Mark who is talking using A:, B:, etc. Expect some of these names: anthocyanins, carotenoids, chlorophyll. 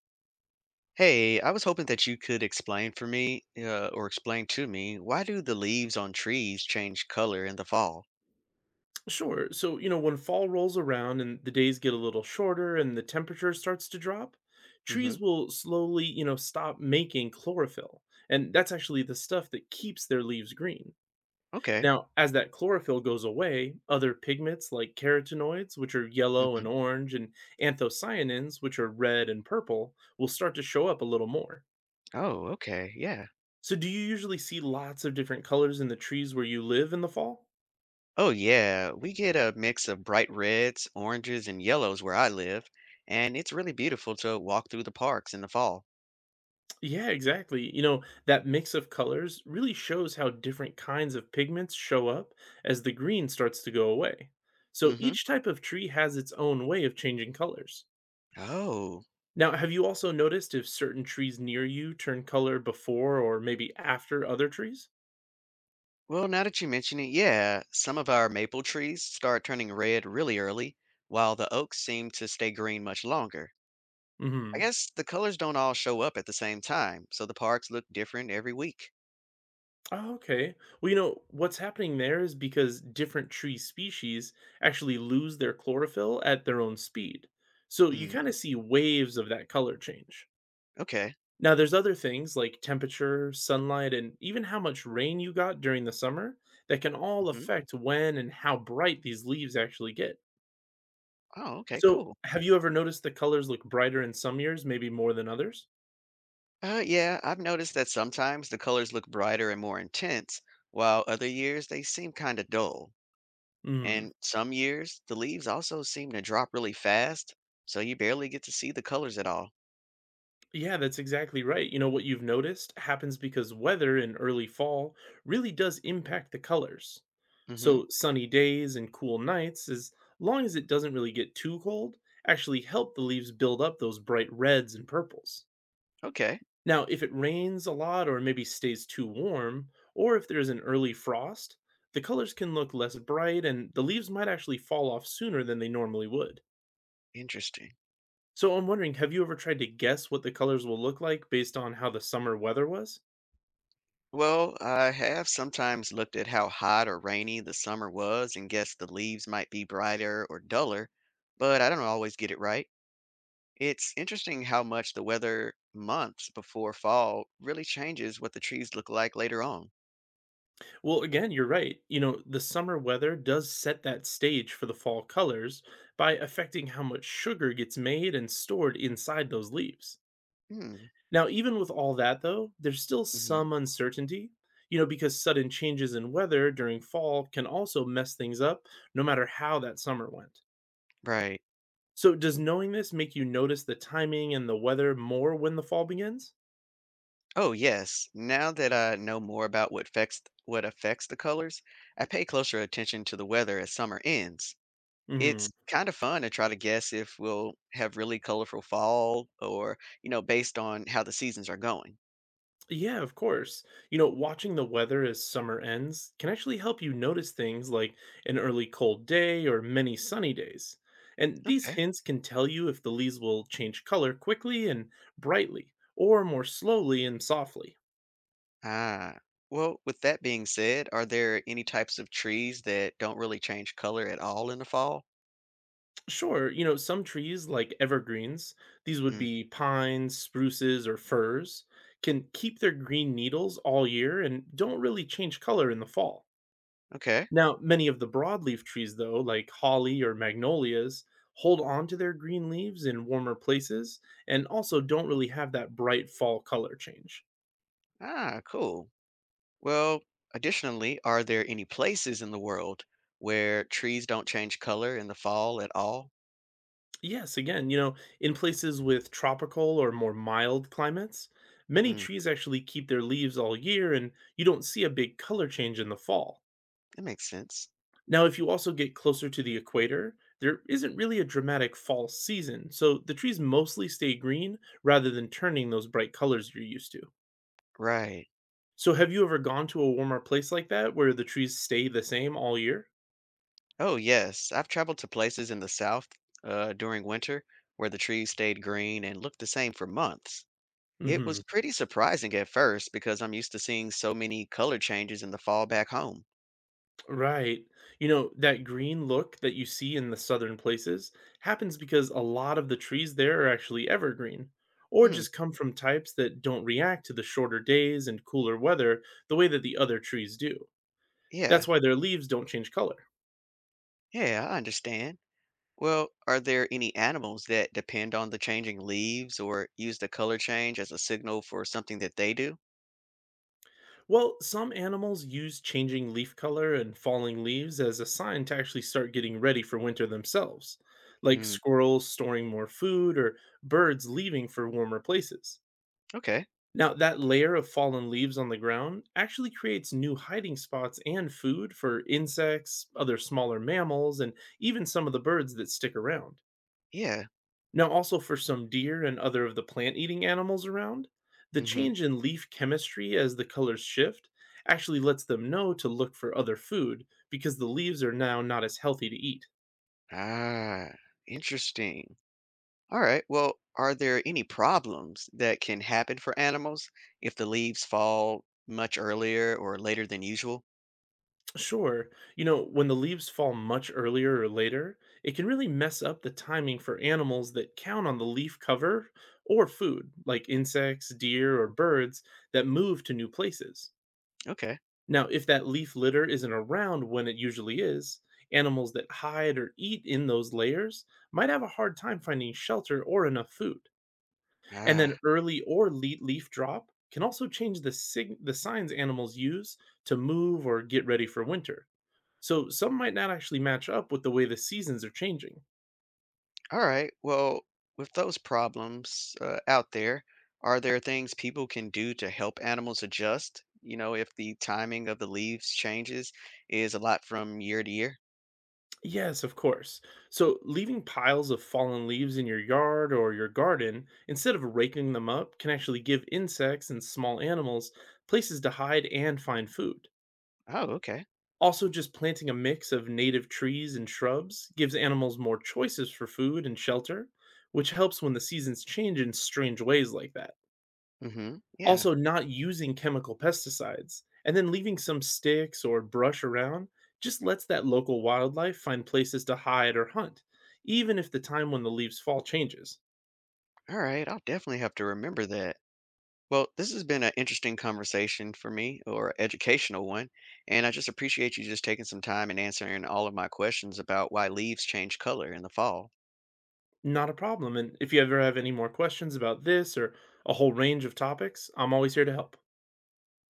A: Hey, I was hoping that you could explain to me, why do the leaves on trees change color in the fall?
B: Sure. So, you know, when fall rolls around and the days get a little shorter and the temperature starts to drop,
A: Hmm.
B: trees will slowly, you know, stop making chlorophyll. And that's actually the stuff that keeps their leaves green.
A: Okay.
B: Now, as that chlorophyll goes away, other pigments like carotenoids, which are yellow and
A: Hmm.
B: orange, and anthocyanins, which are red and purple, will start to show up a little more.
A: Oh, okay. Yeah.
B: So, do you usually see lots of different colors in the trees where you live in the fall?
A: Oh, yeah. We get a mix of bright reds, oranges, and yellows where I live, and it's really beautiful to walk through the parks in the fall.
B: Yeah, exactly. You know, that mix of colors really shows how different kinds of pigments show up as the green starts to go away. So
A: Hmm.
B: each type of tree has its own way of changing colors.
A: Oh,
B: Now, have you also noticed if certain trees near you turn color before or maybe after other trees?
A: well, now that you mention it, yeah, some of our maple trees start turning red really early, while the oaks seem to stay green much longer. I
B: Hmm.
A: guess the colors don't all show up at the same time, so the parks look different every week.
B: Oh, okay. Well, you know, what's happening there is because different tree species actually lose their chlorophyll at their own speed. So you
A: Mm,
B: kind of see waves of that color change.
A: okay.
B: Now, there's other things like temperature, sunlight, and even how much rain you got during the summer that can all
A: Hmm.
B: affect when and how bright these leaves actually get.
A: Oh, okay,
B: So,
A: cool.
B: have you ever noticed the colors look brighter in some years, maybe more than others?
A: Yeah, I've noticed that sometimes the colors look brighter and more intense, while other years they seem kind of dull.
B: Mm.
A: And some years the leaves also seem to drop really fast, so you barely get to see the colors at all.
B: Yeah, that's exactly right. You know, what you've noticed happens because weather in early fall really does impact the colors.
A: Hmm.
B: So, sunny days and cool nights, as long as it doesn't really get too cold, actually help the leaves build up those bright reds and purples.
A: Okay,
B: Now, if it rains a lot or maybe stays too warm, or if there's an early frost, the colors can look less bright and the leaves might actually fall off sooner than they normally would.
A: interesting.
B: So, I'm wondering, have you ever tried to guess what the colors will look like based on how the summer weather was?
A: Well, I have sometimes looked at how hot or rainy the summer was and guessed the leaves might be brighter or duller, but I don't always get it right. It's interesting how much the weather months before fall really changes what the trees look like later on.
B: Well, again, you're right. You know, the summer weather does set that stage for the fall colors by affecting how much sugar gets made and stored inside those leaves.
A: Hmm.
B: Now, even with all that, though, there's still
A: Hmm.
B: some uncertainty, you know, because sudden changes in weather during fall can also mess things up, no matter how that summer went.
A: Right.
B: So, does knowing this make you notice the timing and the weather more when the fall begins?
A: Oh, yes. Now that I know more about what affects the colors, I pay closer attention to the weather as summer ends.
B: Mm-hmm.
A: It's kind of fun to try to guess if we'll have really colorful fall or, you know, based on how the seasons are going.
B: Yeah, of course. You know, watching the weather as summer ends can actually help you notice things like an early cold day or many sunny days. And these
A: Okay.
B: hints can tell you if the leaves will change color quickly and brightly, or more slowly and softly.
A: Ah. Well, with that being said, are there any types of trees that don't really change color at all in the fall?
B: Sure, you know, some trees like evergreens, these would
A: Hmm.
B: be pines, spruces, or firs, can keep their green needles all year and don't really change color in the fall.
A: Okay.
B: Now, many of the broadleaf trees, though, like holly or magnolias, hold on to their green leaves in warmer places and also don't really have that bright fall color change.
A: Ah, cool. Well, additionally, are there any places in the world where trees don't change color in the fall at all?
B: Yes, again, you know, in places with tropical or more mild climates, many
A: Hmm.
B: trees actually keep their leaves all year and you don't see a big color change in the fall.
A: That makes sense.
B: Now, if you also get closer to the equator, there isn't really a dramatic fall season, so the trees mostly stay green rather than turning those bright colors you're used to.
A: Right.
B: So have you ever gone to a warmer place like that where the trees stay the same all year?
A: Oh, yes. I've traveled to places in the South during winter where the trees stayed green and looked the same for months. It was
B: Mhm.
A: pretty surprising at first because I'm used to seeing so many color changes in the fall back home.
B: Right. You know, that green look that you see in the southern places happens because a lot of the trees there are actually evergreen or
A: Hmm,
B: just come from types that don't react to the shorter days and cooler weather the way that the other trees do. That's
A: yeah,
B: why their leaves don't change color.
A: yeah, I understand. Well, are there any animals that depend on the changing leaves or use the color change as a signal for something that they do?
B: Well, some animals use changing leaf color and falling leaves as a sign to actually start getting ready for winter themselves, like
A: Hmm,
B: squirrels storing more food or birds leaving for warmer places.
A: okay,
B: Now, that layer of fallen leaves on the ground actually creates new hiding spots and food for insects, other smaller mammals, and even some of the birds that stick around.
A: yeah,
B: Now, also for some deer and other of the plant eating animals around, the
A: mm-hmm.
B: change in leaf chemistry as the colors shift actually lets them know to look for other food because the leaves are now not as healthy to eat.
A: Ah, interesting. All right. Well, are there any problems that can happen for animals if the leaves fall much earlier or later than usual?
B: Sure, you know, when the leaves fall much earlier or later, it can really mess up the timing for animals that count on the leaf cover or food, like insects, deer, or birds that move to new places.
A: Okay.
B: Now, if that leaf litter isn't around when it usually is, animals that hide or eat in those layers might have a hard time finding shelter or enough food. And
A: Ah,
B: then early or late leaf drop can also change the the signs animals use to move or get ready for winter. So some might not actually match up with the way the seasons are changing.
A: all right. Well, with those problems out there, are there things people can do to help animals adjust? You know, if the timing of the leaves changes is a lot from year to year?
B: Yes, of course. So, leaving piles of fallen leaves in your yard or your garden, instead of raking them up, can actually give insects and small animals places to hide and find food.
A: Oh, okay.
B: Also, just planting a mix of native trees and shrubs gives animals more choices for food and shelter, which helps when the seasons change in strange ways like that.
A: Mm-hmm. Yeah.
B: Also, not using chemical pesticides and then leaving some sticks or brush around just lets that local wildlife find places to hide or hunt, even if the time when the leaves fall changes.
A: All right. I'll definitely have to remember that. Well, this has been an interesting conversation for me, or educational one, and I just appreciate you just taking some time and answering all of my questions about why leaves change color in the fall.
B: Not a problem. And if you ever have any more questions about this or a whole range of topics, I'm always here to help.